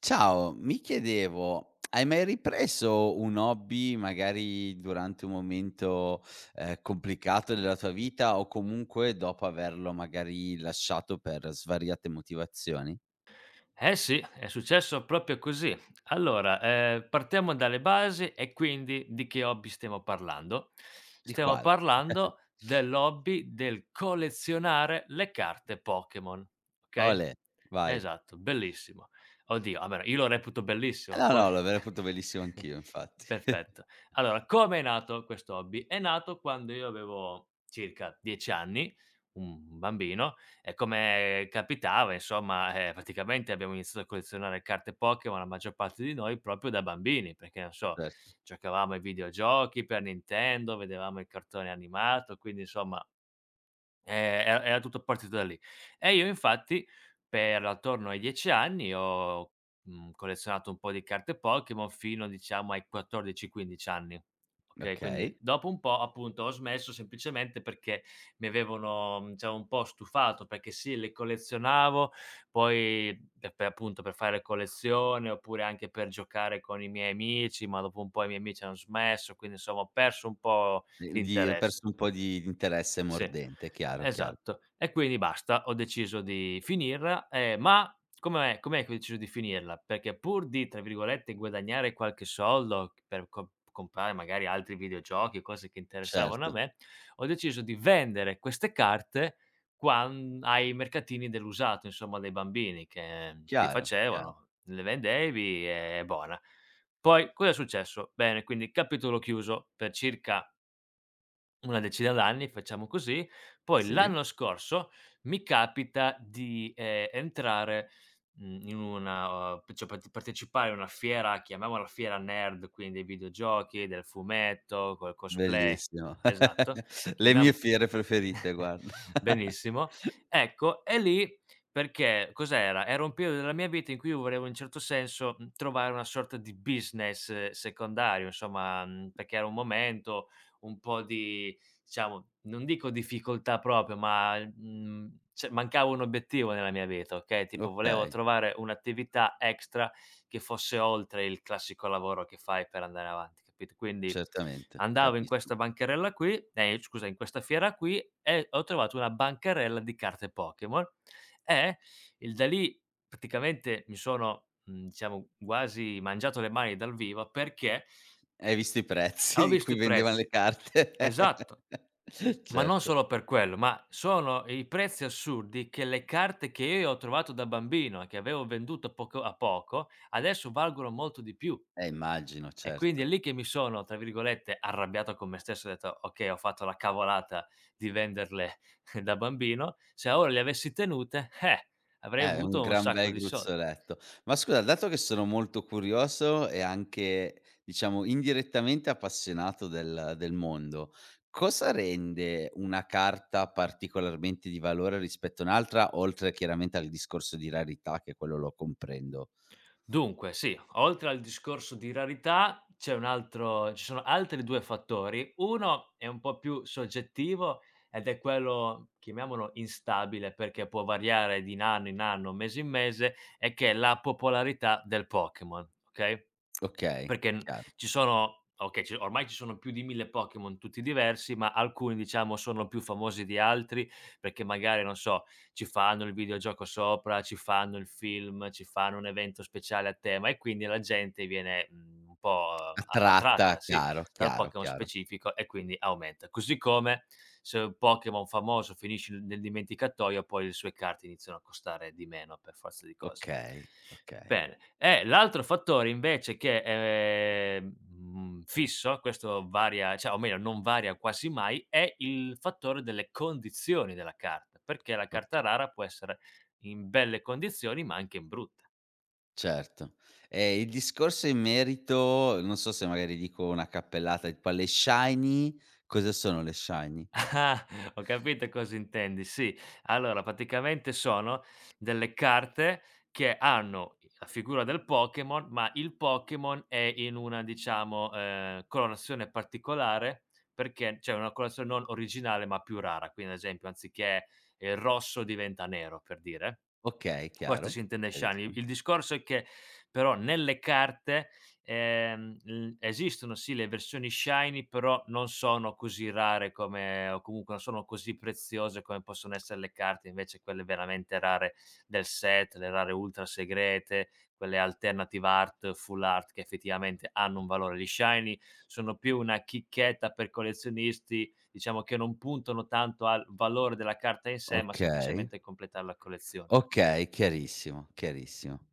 Ciao, mi chiedevo, hai mai ripreso un hobby magari durante un momento, complicato della tua vita o comunque dopo averlo magari lasciato per svariate motivazioni? Eh sì, è successo proprio così. Allora, partiamo dalle basi e quindi di che hobby stiamo parlando? Di Stiamo quale? parlando dell'hobby del collezionare le carte Pokémon, okay? Olè, vai. Esatto, bellissimo. Oddio, vabbè, io lo reputo bellissimo, No, poi no, lo avrei potuto bellissimo anch'io infatti. perfetto. Allora, come è nato questo hobby? È nato quando io avevo circa 10 anni, un bambino, e come capitava, insomma, praticamente abbiamo iniziato a collezionare carte Pokémon, la maggior parte di noi, proprio da bambini, perché non so, Certo, giocavamo ai videogiochi per Nintendo, vedevamo il cartone animato, quindi insomma. Ehm, era tutto partito da lì. E io infatti per attorno ai 10 anni ho, collezionato un po' di carte Pokémon fino diciamo ai 14, 15 anni, okay, okay. quindi dopo un po' appunto ho smesso semplicemente perché mi avevano, diciamo un po' stufato, perché sì le collezionavo, poi per appunto per fare collezione, oppure anche per giocare con i miei amici, ma dopo un po' i miei amici hanno smesso, quindi insomma ho perso un po' Di hai l'interesse. perso un po' di interesse Sì. mordente, chiaro, chiaro. Esatto. E quindi basta, ho deciso di finirla, ma com'è che ho deciso di finirla? Perché pur di, tra virgolette, "guadagnare" qualche soldo per co comprare magari altri videogiochi, cose che interessavano Certo, a me, ho deciso di vendere queste carte quan ai mercatini dell'usato, insomma, dei bambini che si chiaro, chiaro. facevano, le vendevi e buona. Poi cosa è successo? Bene, quindi capitolo chiuso, per circa una decina d'anni, facciamo così. Poi Sì. l'anno scorso mi capita di, entrare, in una cioè partecipare a una fiera, chiamiamola fiera nerd, quindi dei videogiochi, del fumetto, col cosplay Bellissimo. esatto, Le chiamiam mie fiere preferite guarda. Benissimo. Ecco, e lì perché cos'era? Era un periodo della mia vita in cui io volevo in certo senso, trovare una sorta di business secondario, insomma, perché era un momento un po' di diciamo, non dico difficoltà proprio, ma, cioè mancava un obiettivo nella mia vita, okay, tipo volevo Okay, trovare un'attività extra che fosse oltre il classico lavoro che fai per andare avanti, capito? Quindi certamente, andavo in capisco. questa bancarella qui, scusa, in questa fiera qui e ho trovato una bancarella di carte Pokémon e il da lì praticamente mi sono, diciamo quasi mangiato le mani dal vivo perché Hai visto i prezzi ho di visto cui i vendevano le prezzi. carte? Esatto, ma non Certo, solo per quello, ma sono i prezzi assurdi che le carte che io ho trovato da bambino e che avevo venduto poco a poco, adesso valgono molto di più. Immagino, E quindi è certo. lì che mi sono, tra virgolette, "arrabbiato" con me stesso, ho detto: "Okay, ho fatto la cavolata di venderle da bambino, se ora le avessi tenute, avrei Un avuto un gran sacco bel di soldi". gruzzoletto. Ma scusa, dato che sono molto curioso e anche, diciamo, indirettamente appassionato del mondo, cosa rende una carta particolarmente di valore rispetto a un'altra, oltre chiaramente al discorso di rarità che quello lo comprendo? Dunque sì, oltre al discorso di rarità c'è un altro ci sono altri 2 fattori. Uno è un po' più soggettivo ed è quello, chiamiamolo instabile, perché può variare di n anno in anno, mese in mese, e che è la popolarità del Pokémon, okay? Okay, Perché n chiaro. ci sono okay, ci ormai ci sono più di 1000 Pokémon tutti diversi, ma alcuni diciamo sono più famosi di altri, perché magari, non so, ci fanno il videogioco sopra, ci fanno il film, ci fanno un evento speciale a tema e quindi la gente viene, un po' a Attratta, attratta, sì, chiaro, dal chiaro, Pokémon chiaro. specifico e quindi aumenta. Così come se un Pokémon famoso finisce nel dimenticatoio, poi le sue carte iniziano a costare di meno per forza di cose. Okay, okay, Bene. E l'altro fattore invece che è, fisso, questo varia cioè o meglio non varia quasi mai, è il fattore delle condizioni della carta, perché la carta oka rara può essere in belle condizioni, ma anche in brutte. certo. Il discorso in merito non so se magari dico una cappellata, tipo alle Shiny, cosa sono le Shiny? Ah, ho capito cosa intendi, sì. Allora praticamente sono delle carte che hanno la figura del Pokémon, ma il Pokémon è in una diciamo, colorazione particolare perché cioè una colorazione non originale, ma più rara. Quindi ad esempio anziché, rosso diventa nero, per dire. Okay, Questo si chiaro, intende Shiny. chiarissimo. Il discorso è che però nelle carte, l esistono sì le versioni Shiny, però non sono così rare come o comunque non sono così preziose come possono essere le carte invece quelle veramente rare del set, le rare ultra segrete, quelle alternative art, full art che effettivamente hanno un valore. Gli Shiny sono più una chicchetta per collezionisti, diciamo che non puntano tanto al valore della carta in sé, ma Okay. semplicemente a completare la collezione. Okay, chiarissimo, chiarissimo.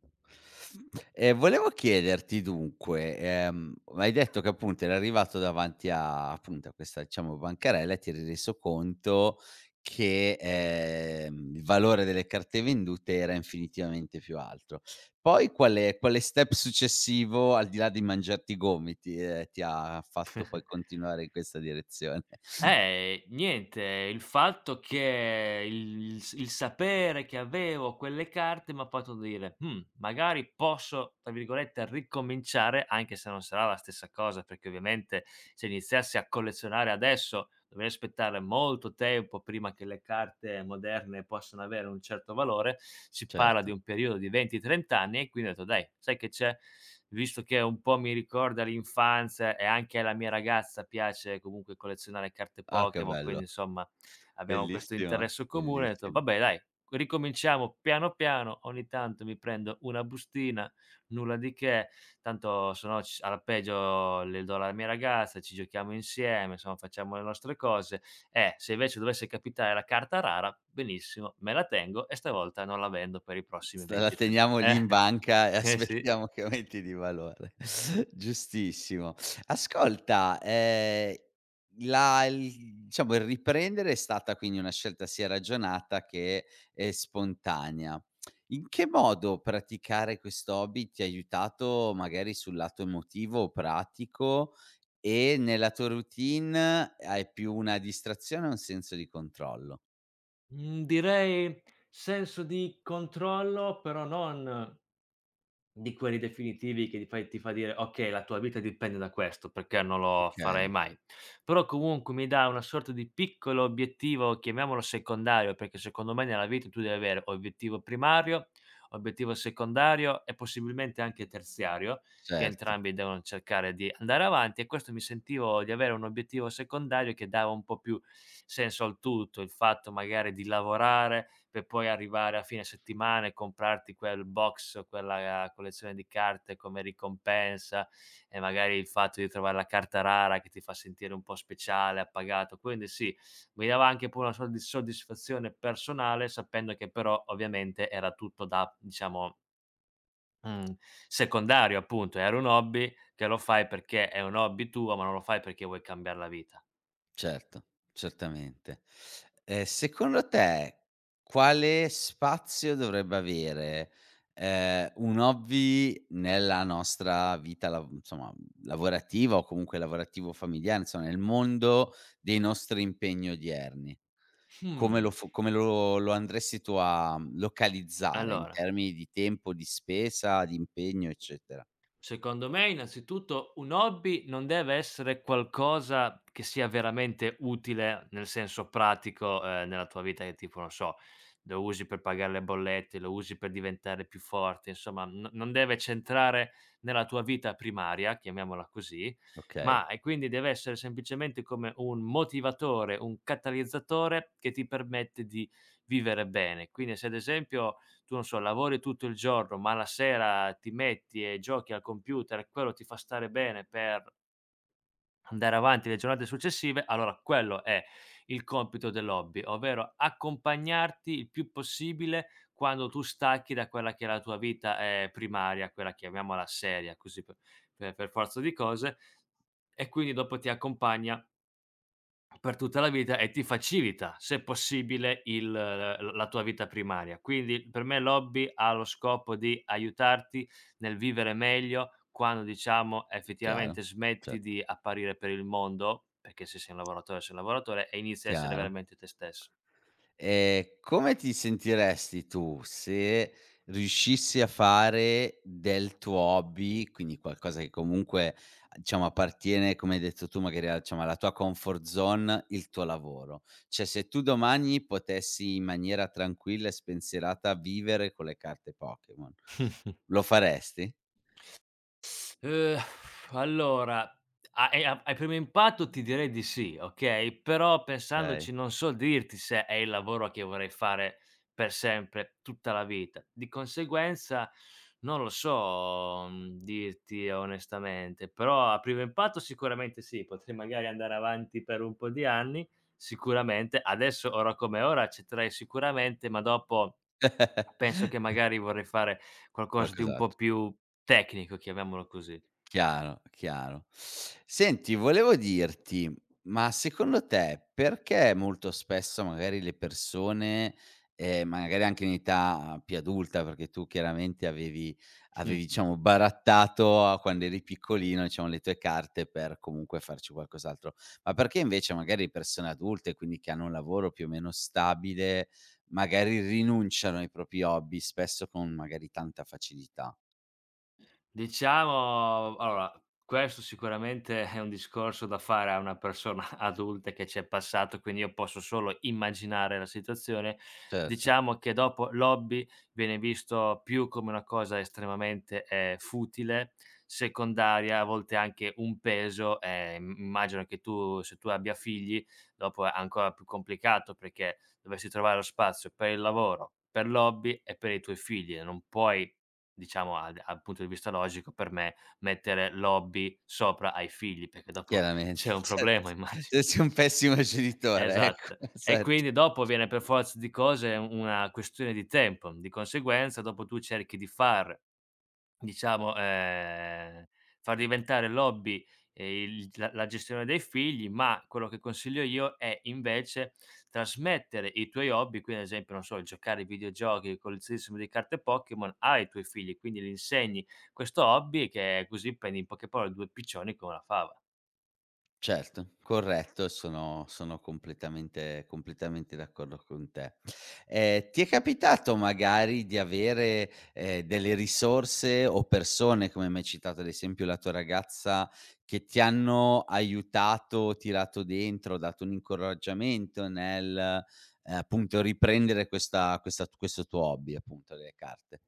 E volevo chiederti dunque, hai detto che appunto eri arrivato davanti a appunto a questa diciamo bancarella e ti eri reso conto che, il valore delle carte vendute era infinitivamente più alto. Poi quale step successivo, al di là di mangiarti i gomiti, ti ha fatto poi continuare in questa direzione? Niente, il fatto che il sapere che avevo quelle carte m'ha fatto dire: magari posso, tra virgolette, "ricominciare", anche se non sarà la stessa cosa, perché ovviamente se iniziassi a collezionare adesso dovrei aspettare molto tempo prima che le carte moderne possano avere un certo valore. Si parla di Certo. un periodo di 20, 30 anni e quindi ho detto: "Dai, sai che c'è? Visto che un po' mi ricorda l'infanzia e anche alla mia ragazza piace comunque collezionare carte Ah, che Pokémon, bello. quindi insomma abbiamo questo Bellissimo, interesse comune, ho detto: bellissim "Vabbè dai, ricominciamo piano piano, ogni tanto mi prendo una bustina, nulla di che, tanto se no c alla peggio le do alla mia ragazza, ci giochiamo insieme, insomma facciamo le nostre cose. Se invece dovesse capitare la carta rara, benissimo, me la tengo e stavolta non la vendo per i S prossimi la 20, 30". teniamo lì in banca e eh sì. aspettiamo che aumenti di valore. Giustissimo. Ascolta, la il diciamo il riprendere è stata quindi una scelta sia ragionata che, spontanea. In che modo praticare questo hobby ti ha aiutato magari sul lato emotivo o pratico e nella tua routine hai più una distrazione o un senso di controllo? Mhmm, direi senso di controllo, però non di quelli definitivi che ti fa dire: "Okay, la tua vita dipende da questo, perché non lo farei Okay, mai." Però comunque mi dà una sorta di piccolo obiettivo, chiamiamolo secondario, perché secondo me nella vita tu devi avere obiettivo primario, obiettivo secondario e possibilmente anche terziario, che certo. entrambi devono cercare di andare avanti e questo mi sentivo di avere un obiettivo secondario che dava un po' più senso al tutto, il fatto magari di lavorare, per poi arrivare a fine settimana e comprarti quel box, quella collezione di carte come ricompensa e magari il fatto di trovare la carta rara che ti fa sentire un po' speciale, appagato. Quindi sì, mi dava anche poi una sorta di soddisfazione personale sapendo che però ovviamente era tutto da, diciamo, mhmm, secondario appunto, era un hobby che lo fai perché è un hobby tuo, ma non lo fai perché vuoi cambiar la vita. Certo, certamente. Secondo te quale spazio dovrebbe avere, un hobby nella nostra vita lav insomma, lavorativa o comunque lavorativo familiare, insomma nel mondo dei nostri impegni odierni? Mh. Come lo andresti tu a localizzare in Allora, termini di tempo, di spesa, di impegno, eccetera? secondo me innanzitutto un hobby non deve essere qualcosa che sia veramente utile, nel senso pratico, nella tua vita che tipo, non so, lo usi per pagare le bollette, lo usi per diventare più forte, insomma no non deve centrare nella tua vita primaria, chiamiamola così, Okay, ma e quindi deve essere semplicemente come un motivatore, un catalizzatore che ti permette di vivere bene. Quindi se ad esempio tu non so, lavori tutto il giorno, ma la sera ti metti e giochi al computer e quello ti fa stare bene per andare avanti le giornate successive, allora quello è il compito dell'hobby, ovvero accompagnarti il più possibile quando tu stacchi da quella che è la tua vita, primaria, quella chiamiamola seria, così per forza di cose, e quindi dopo ti accompagna per tutta la vita e ti facilita, se possibile, il l la tua vita primaria. Quindi per me l'hobby ha lo scopo di aiutarti nel vivere meglio quando, diciamo, chiaro, effettivamente smetti certo, di apparire per il mondo, perché se sei un lavoratore sei un lavoratore e inizi a essere chiaro. veramente te stesso. Come ti sentiresti tu se riuscissi a fare del tuo hobby, quindi qualcosa che comunque, a diciamo appartiene, come hai detto tu, magari a diciamo alla tua comfort zone, il tuo lavoro? Cioè, se tu domani potessi in maniera tranquilla e spensierata vivere con le carte Pokémon, lo faresti? Uhm, allora a e a a primo impatto ti direi di sì, okay, però Okay. pensandoci non so dirti se è il lavoro che vorrei fare per sempre, tutta la vita. Di conseguenza non lo so, dirti onestamente, però a primo impatto sicuramente sì, potrei magari andare avanti per un po' di anni, sicuramente. Adesso, ora come ora, accetterei sicuramente, ma dopo penso che magari vorrei fare qualcosa di un po' Qualcos'alt più tecnico, chiamiamolo così. Chiaro, chiaro. Senti, volevo dirti, ma secondo te perché molto spesso magari le persone, magari anche in età più adulta, perché tu chiaramente avevi Mh. avevi diciamo barattato a quando eri piccolino, diciamo, le tue carte per comunque farci qualcos'altro, ma perché invece magari le persone adulte, quindi che hanno un lavoro più o meno stabile, magari rinunciano ai propri hobby spesso con magari tanta facilità? Diciamo allora, questo sicuramente è un discorso da fare a una persona adulta che ci è passato, quindi io posso solo immaginare la situazione. Certo. Diciamo che dopo l'hobby viene visto più come una cosa estremamente, futile, secondaria, a volte anche un peso, im immagino che tu se tu abbia figli, dopo è ancora più complicato perché dovresti trovare lo spazio per il lavoro, per l'hobby e per i tuoi figli e non puoi. Diciamo al punto di vista logico per me mettere l'hobby sopra ai figli, perché dopo Chiaramente, c'è un certo. problema Se immagino. sei un pessimo E genitore, ecco, esatto. E esatto. quindi dopo viene per forza di cose una questione di tempo, di conseguenza dopo tu cerchi di far. Diciamo, far diventare l'hobby, ehm, il la gestione dei figli, ma quello che consiglio io è invece trasmettere i tuoi hobby, quindi ad esempio, non so, giocare ai videogiochi, il collezionismo di carte Pokémon ai tuoi figli, quindi gli insegni questo hobby che è così prendi in poche parole 2 piccioni con una fava. Certo, corretto, sono completamente completamente d'accordo con te. Ti è capitato magari di avere, delle risorse o persone, come m'hai citato ad esempio la tua ragazza, che ti hanno aiutato, tirato dentro, dato un incoraggiamento nel, appunto riprendere questa questa questo tuo hobby appunto delle carte?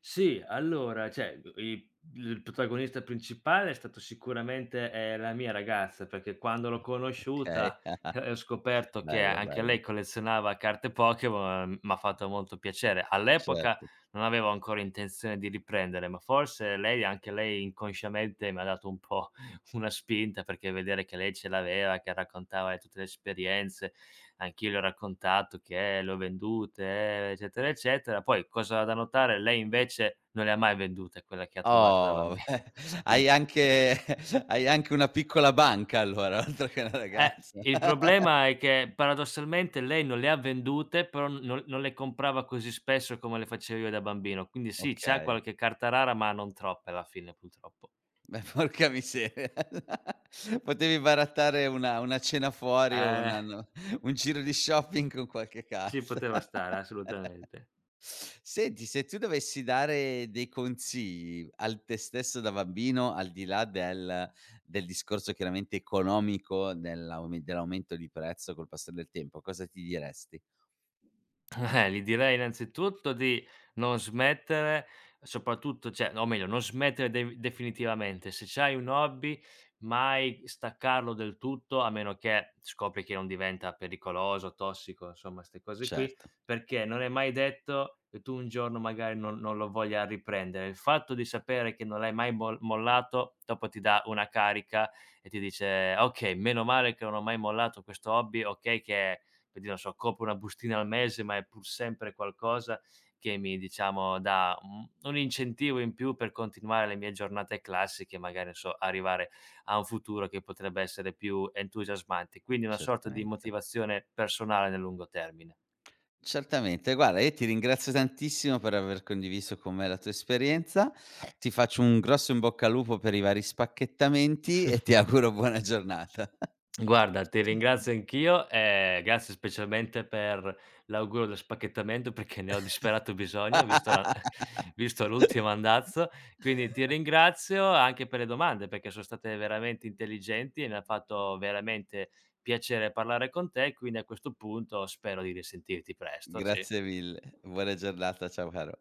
Sì, allora, cioè, i il protagonista principale è stato sicuramente, la mia ragazza, perché quando l'ho Okay. conosciuta e ho scoperto che Bello, anche lei bello. collezionava carte Pokémon, m'ha fatto molto piacere. All'epoca Certo. non avevo ancora intenzione di riprendere, ma forse lei anche lei inconsciamente mi ha dato un po' una spinta, perché vedere che lei ce l'aveva, che raccontava di tutte le esperienze, anch'io le ho raccontato che: le ho vendute, eccetera, eccetera. Poi cosa da notare: lei invece non le ha mai vendute quella che ha trovato da Oh, beh, bambina. hai anche hai anche una piccola banca allora, oltre che una ragazza. Eh, il problema è che paradossalmente lei non le ha vendute, però non le comprava così spesso come le facevo io da bambino. Quindi sì, c'ha Okay. qualche carta rara, ma non troppe alla fine purtroppo. Beh, porca miseria. Potevi barattare una cena fuori o Eh, una no un giro di shopping con qualche ci carta. poteva stare assolutamente. Senti, se tu dovessi dare dei consigli al te stesso da bambino, al di là del discorso chiaramente economico dell'aumento di prezzo col passare del tempo, cosa ti diresti? Gli direi innanzitutto di non smettere, soprattutto cioè, o meglio, non smettere de definitivamente. Se c'hai un hobby, mai staccarlo del tutto, a meno che scopri che non diventa pericoloso, tossico, insomma, 'ste cose qui, Certo, perché non è mai detto che tu un giorno magari non lo voglia riprendere. Il fatto di sapere che non l'hai mai mollato, dopo ti dà una carica e ti dice: "Okay, meno male che non ho mai mollato questo hobby, okay che per dire, non so, copro una bustina al mese, ma è pur sempre qualcosa che mi diciamo dà un incentivo in più per continuare le mie giornate classiche e magari, non so, arrivare a un futuro che potrebbe essere più entusiasmante. Quindi una sorta di certamente. motivazione personale nel lungo termine. Certamente, guarda io ti ringrazio tantissimo per aver condiviso con me la tua esperienza, ti faccio un grosso in bocca al lupo per i vari spacchettamenti e ti auguro buona giornata. Guarda, ti ringrazio anch'io e grazie specialmente per l'augurio dello spacchettamento perché ne ho disperato bisogno, visto la visto l'ultimo andazzo. Quindi ti ringrazio anche per le domande, perché sono state veramente intelligenti e mi ha fatto veramente piacere parlare con te, quindi a questo punto spero di risentirti presto, Grazie sì. mille. Buona giornata. Ciao caro.